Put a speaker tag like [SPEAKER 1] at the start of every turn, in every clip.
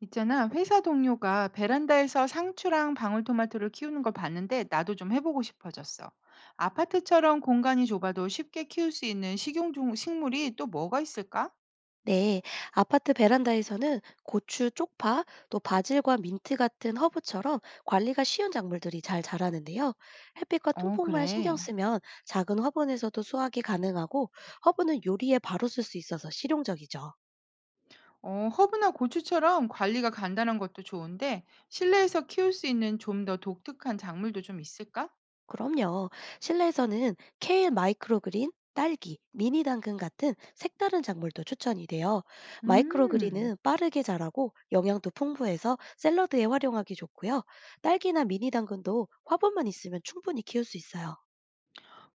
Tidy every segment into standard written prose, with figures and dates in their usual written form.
[SPEAKER 1] 있잖아, 회사 동료가 베란다에서 상추랑 방울토마토를 키우는 걸 봤는데 나도 좀 해보고 싶어졌어. 아파트처럼 공간이 좁아도 쉽게 키울 수 있는 식용종 식물이 또 뭐가 있을까?
[SPEAKER 2] 네, 아파트 베란다에서는 고추, 쪽파, 또 바질과 민트 같은 허브처럼 관리가 쉬운 작물들이 잘 자라는데요. 햇빛과
[SPEAKER 1] 어,
[SPEAKER 2] 통풍만 신경
[SPEAKER 1] 그래.
[SPEAKER 2] 쓰면 작은 화분에서도 수확이 가능하고, 허브는 요리에 바로 쓸 수 있어서 실용적이죠.
[SPEAKER 1] 어, 허브나 고추처럼 관리가 간단한 것도 좋은데 실내에서 키울 수 있는 좀 더 독특한 작물도 좀 있을까?
[SPEAKER 2] 그럼요. 실내에서는 케일 마이크로그린, 딸기, 미니 당근 같은 색다른 작물도 추천이 돼요.
[SPEAKER 1] 음,
[SPEAKER 2] 마이크로그린은 빠르게 자라고 영양도 풍부해서 샐러드에 활용하기 좋고요. 딸기나 미니 당근도 화분만 있으면 충분히 키울 수 있어요.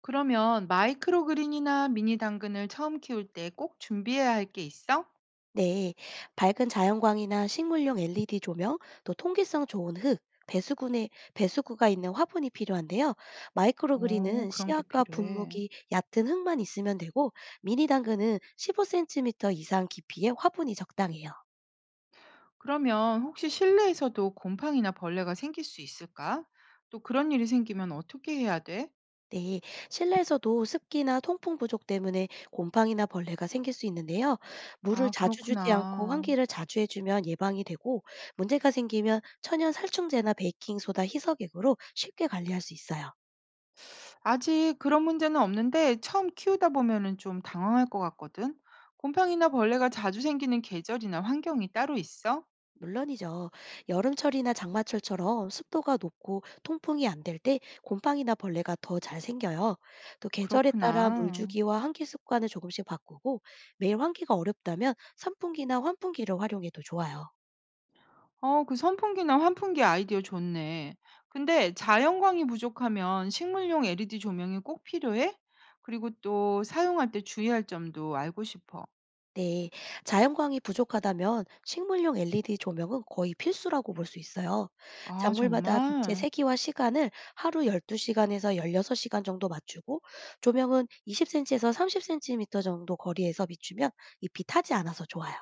[SPEAKER 1] 그러면 마이크로그린이나 미니 당근을 처음 키울 때 꼭 준비해야 할 게 있어?
[SPEAKER 2] 네, 밝은 자연광이나 식물용 LED 조명, 또 통기성 좋은 흙, 배수구에 배수구가 있는 화분이 필요한데요.
[SPEAKER 1] 어,
[SPEAKER 2] 마이크로그린은
[SPEAKER 1] 그런 게
[SPEAKER 2] 씨앗과
[SPEAKER 1] 필요해.
[SPEAKER 2] 분무기, 얕은 흙만 있으면 되고, 미니 당근은 15cm 이상 깊이의 화분이 적당해요.
[SPEAKER 1] 그러면 혹시 실내에서도 곰팡이나 벌레가 생길 수 있을까? 또 그런 일이 생기면 어떻게 해야 돼?
[SPEAKER 2] 네, 실내에서도 습기나 통풍 부족 때문에 곰팡이나 벌레가 생길 수 있는데요. 물을
[SPEAKER 1] 아,
[SPEAKER 2] 자주 주지 않고
[SPEAKER 1] 그렇구나.
[SPEAKER 2] 환기를 자주 해주면 예방이 되고, 문제가 생기면 천연 살충제나 베이킹 소다 희석액으로 쉽게 관리할 수 있어요.
[SPEAKER 1] 아직 그런 문제는 없는데 처음 키우다 보면은 좀 당황할 것 같거든. 곰팡이나 벌레가 자주 생기는 계절이나 환경이 따로 있어?
[SPEAKER 2] 물론이죠. 여름철이나 장마철처럼 습도가 높고 통풍이 안 될 때 곰팡이나 벌레가 더 잘 생겨요. 또 계절에 따라
[SPEAKER 1] 그렇구나.
[SPEAKER 2] 물주기와 환기 습관을 조금씩 바꾸고, 매일 환기가 어렵다면 선풍기나 환풍기를 활용해도 좋아요.
[SPEAKER 1] 어, 그 선풍기나 환풍기 아이디어 좋네. 근데 자연광이 부족하면 식물용 LED 조명이 꼭 필요해? 그리고 또 사용할 때 주의할 점도 알고 싶어.
[SPEAKER 2] 네, 자연광이 부족하다면 식물용 LED 조명은 거의 필수라고 볼 수 있어요.
[SPEAKER 1] 아
[SPEAKER 2] 작물마다 빛의
[SPEAKER 1] 정말?
[SPEAKER 2] 세기와 시간을 하루 12시간에서 16시간 정도 맞추고, 조명은 20cm에서 30cm 정도 거리에서 비추면 잎이 타지 않아서 좋아요.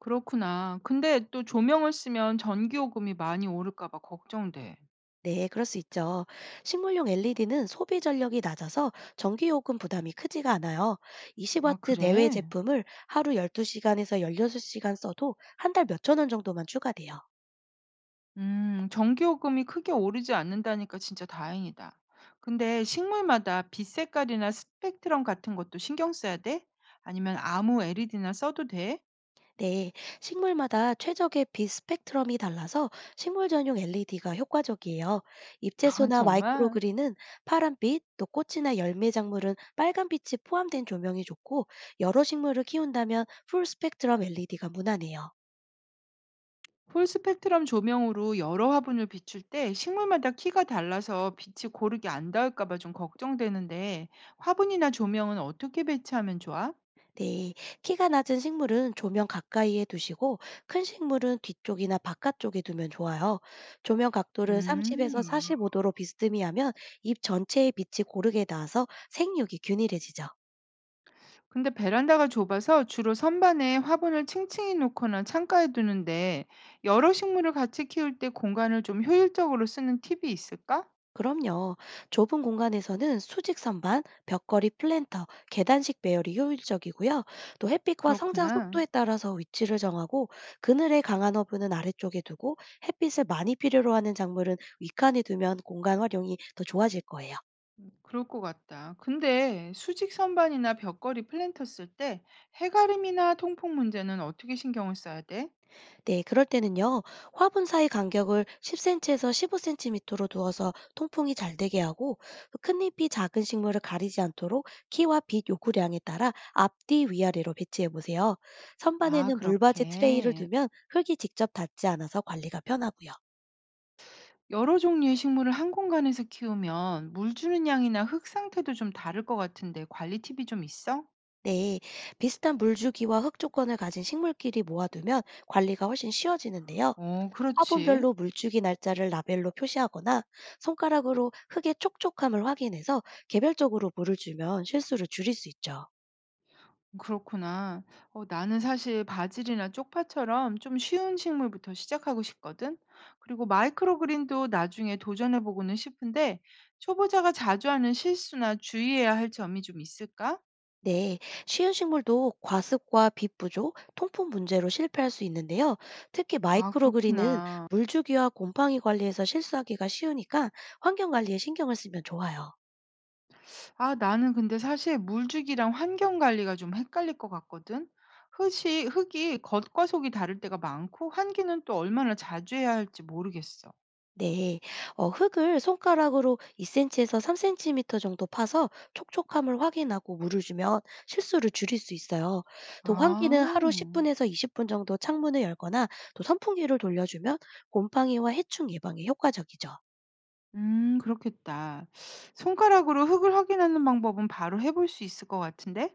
[SPEAKER 1] 그렇구나. 근데 또 조명을 쓰면 전기요금이 많이 오를까 봐 걱정돼.
[SPEAKER 2] 네, 그럴 수 있죠. 식물용 LED는 소비 전력이 낮아서 전기 요금 부담이 크지가 않아요.
[SPEAKER 1] 아
[SPEAKER 2] 20W 내외
[SPEAKER 1] 그래?
[SPEAKER 2] 제품을 하루 12시간에서 16시간 써도 한 달 몇천 원 정도만 추가돼요.
[SPEAKER 1] 전기요금이 크게 오르지 않는다니까 진짜 다행이다. 근데 식물마다 빛 색깔이나 스펙트럼 같은 것도 신경 써야 돼? 아니면 아무 LED나 써도 돼?
[SPEAKER 2] 네, 식물마다 최적의 빛 스펙트럼이 달라서 식물 전용 LED가 효과적이에요.
[SPEAKER 1] 아
[SPEAKER 2] 잎채소나
[SPEAKER 1] 정말?
[SPEAKER 2] 마이크로그린은 파란빛, 또 꽃이나 열매 작물은 빨간빛이 포함된 조명이 좋고, 여러 식물을 키운다면 풀 스펙트럼 LED가 무난해요.
[SPEAKER 1] 풀 스펙트럼 조명으로 여러 화분을 비출 때 식물마다 키가 달라서 빛이 고르게 안 닿을까 봐 좀 걱정되는데 화분이나 조명은 어떻게 배치하면 좋아?
[SPEAKER 2] 네, 키가 낮은 식물은 조명 가까이에 두시고, 큰 식물은 뒤쪽이나 바깥쪽에 두면 좋아요. 조명 각도를 30에서
[SPEAKER 1] 음.
[SPEAKER 2] 45도로 비스듬히 하면 잎 전체의 빛이 고르게 닿아서 생육이 균일해지죠.
[SPEAKER 1] 근데 베란다가 좁아서 주로 선반에 화분을 층층이 놓거나 창가에 두는데 여러 식물을 같이 키울 때 공간을 좀 효율적으로 쓰는 팁이 있을까?
[SPEAKER 2] 그럼요. 좁은 공간에서는 수직 선반, 벽걸이 플랜터, 계단식 배열이 효율적이고요. 또 햇빛과 성장
[SPEAKER 1] 그렇구나.
[SPEAKER 2] 속도에 따라서 위치를 정하고, 그늘에 강한 허브는 아래쪽에 두고, 햇빛을 많이 필요로 하는 작물은 윗칸에 두면 공간 활용이 더 좋아질 거예요.
[SPEAKER 1] 그럴 것 같다. 근데 수직 선반이나 벽걸이 플랜터 쓸 때 해가림이나 통풍 문제는 어떻게 신경을 써야 돼?
[SPEAKER 2] 네, 그럴 때는요, 화분 사이 간격을 10cm에서 15cm로 두어서 통풍이 잘 되게 하고, 큰 잎이 작은 식물을 가리지 않도록 키와 빛 요구량에 따라 앞뒤 위아래로 배치해 보세요.
[SPEAKER 1] 아,
[SPEAKER 2] 선반에는 물받이 트레이를
[SPEAKER 1] 그렇게.
[SPEAKER 2] 두면 흙이 직접 닿지 않아서 관리가 편하고요.
[SPEAKER 1] 여러 종류의 식물을 한 공간에서 키우면 물 주는 양이나 흙 상태도 좀 다를 것 같은데 관리 팁이 좀 있어?
[SPEAKER 2] 네, 비슷한 물주기와 흙 조건을 가진 식물끼리 모아두면 관리가 훨씬 쉬워지는데요.
[SPEAKER 1] 어, 그렇지.
[SPEAKER 2] 화분별로 물주기 날짜를 라벨로 표시하거나 손가락으로 흙의 촉촉함을 확인해서 개별적으로 물을 주면 실수를 줄일 수 있죠.
[SPEAKER 1] 그렇구나. 어, 나는 사실 바질이나 쪽파처럼 좀 쉬운 식물부터 시작하고 싶거든. 그리고 마이크로그린도 나중에 도전해보고는 싶은데 초보자가 자주 하는 실수나 주의해야 할 점이 좀 있을까?
[SPEAKER 2] 네, 쉬운 식물도 과습과 빛 부족, 통풍 문제로 실패할 수 있는데요. 특히
[SPEAKER 1] 아,
[SPEAKER 2] 마이크로그린은
[SPEAKER 1] 그렇구나.
[SPEAKER 2] 물주기와 곰팡이 관리에서 실수하기가 쉬우니까 환경 관리에 신경을 쓰면 좋아요.
[SPEAKER 1] 아, 나는 근데 사실 물주기랑 환경 관리가 좀 헷갈릴 것 같거든. 흙이 겉과 속이 다를 때가 많고 환기는 또 얼마나 자주 해야 할지 모르겠어.
[SPEAKER 2] 네, 흙을 손가락으로 2cm에서 3cm 정도 파서 촉촉함을 확인하고 물을 주면 실수를 줄일 수 있어요. 또
[SPEAKER 1] 아.
[SPEAKER 2] 환기는 하루 10분에서 20분 정도 창문을 열거나 또 선풍기를 돌려주면 곰팡이와 해충 예방에 효과적이죠.
[SPEAKER 1] 그렇겠다. 손가락으로 흙을 확인하는 방법은 바로 해볼 수 있을 것 같은데?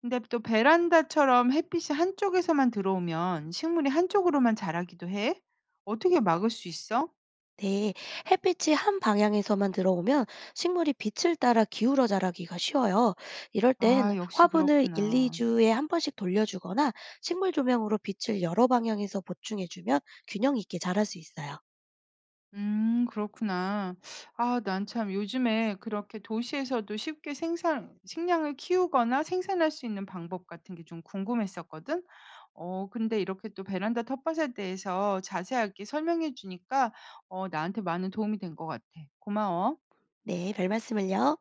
[SPEAKER 1] 근데 또 베란다처럼 햇빛이 한쪽에서만 들어오면 식물이 한쪽으로만 자라기도 해? 어떻게 막을 수 있어?
[SPEAKER 2] 네, 햇빛이 한 방향에서만 들어오면 식물이 빛을 따라 기울어 자라기가 쉬워요. 이럴 땐
[SPEAKER 1] 아 역시
[SPEAKER 2] 화분을 1,
[SPEAKER 1] 그렇구나.
[SPEAKER 2] 2주에 한 번씩 돌려주거나 식물 조명으로 빛을 여러 방향에서 보충해주면 균형 있게 자랄 수 있어요.
[SPEAKER 1] 그렇구나. 아 난 참 요즘에 그렇게 도시에서도 쉽게 생산 식량을 키우거나 생산할 수 있는 방법 같은 게 좀 궁금했었거든. 어 근데 이렇게 또 베란다 텃밭에 대해서 자세하게 설명해 주니까 어 나한테 많은 도움이 된 것 같아. 고마워.
[SPEAKER 2] 네, 별말씀을요.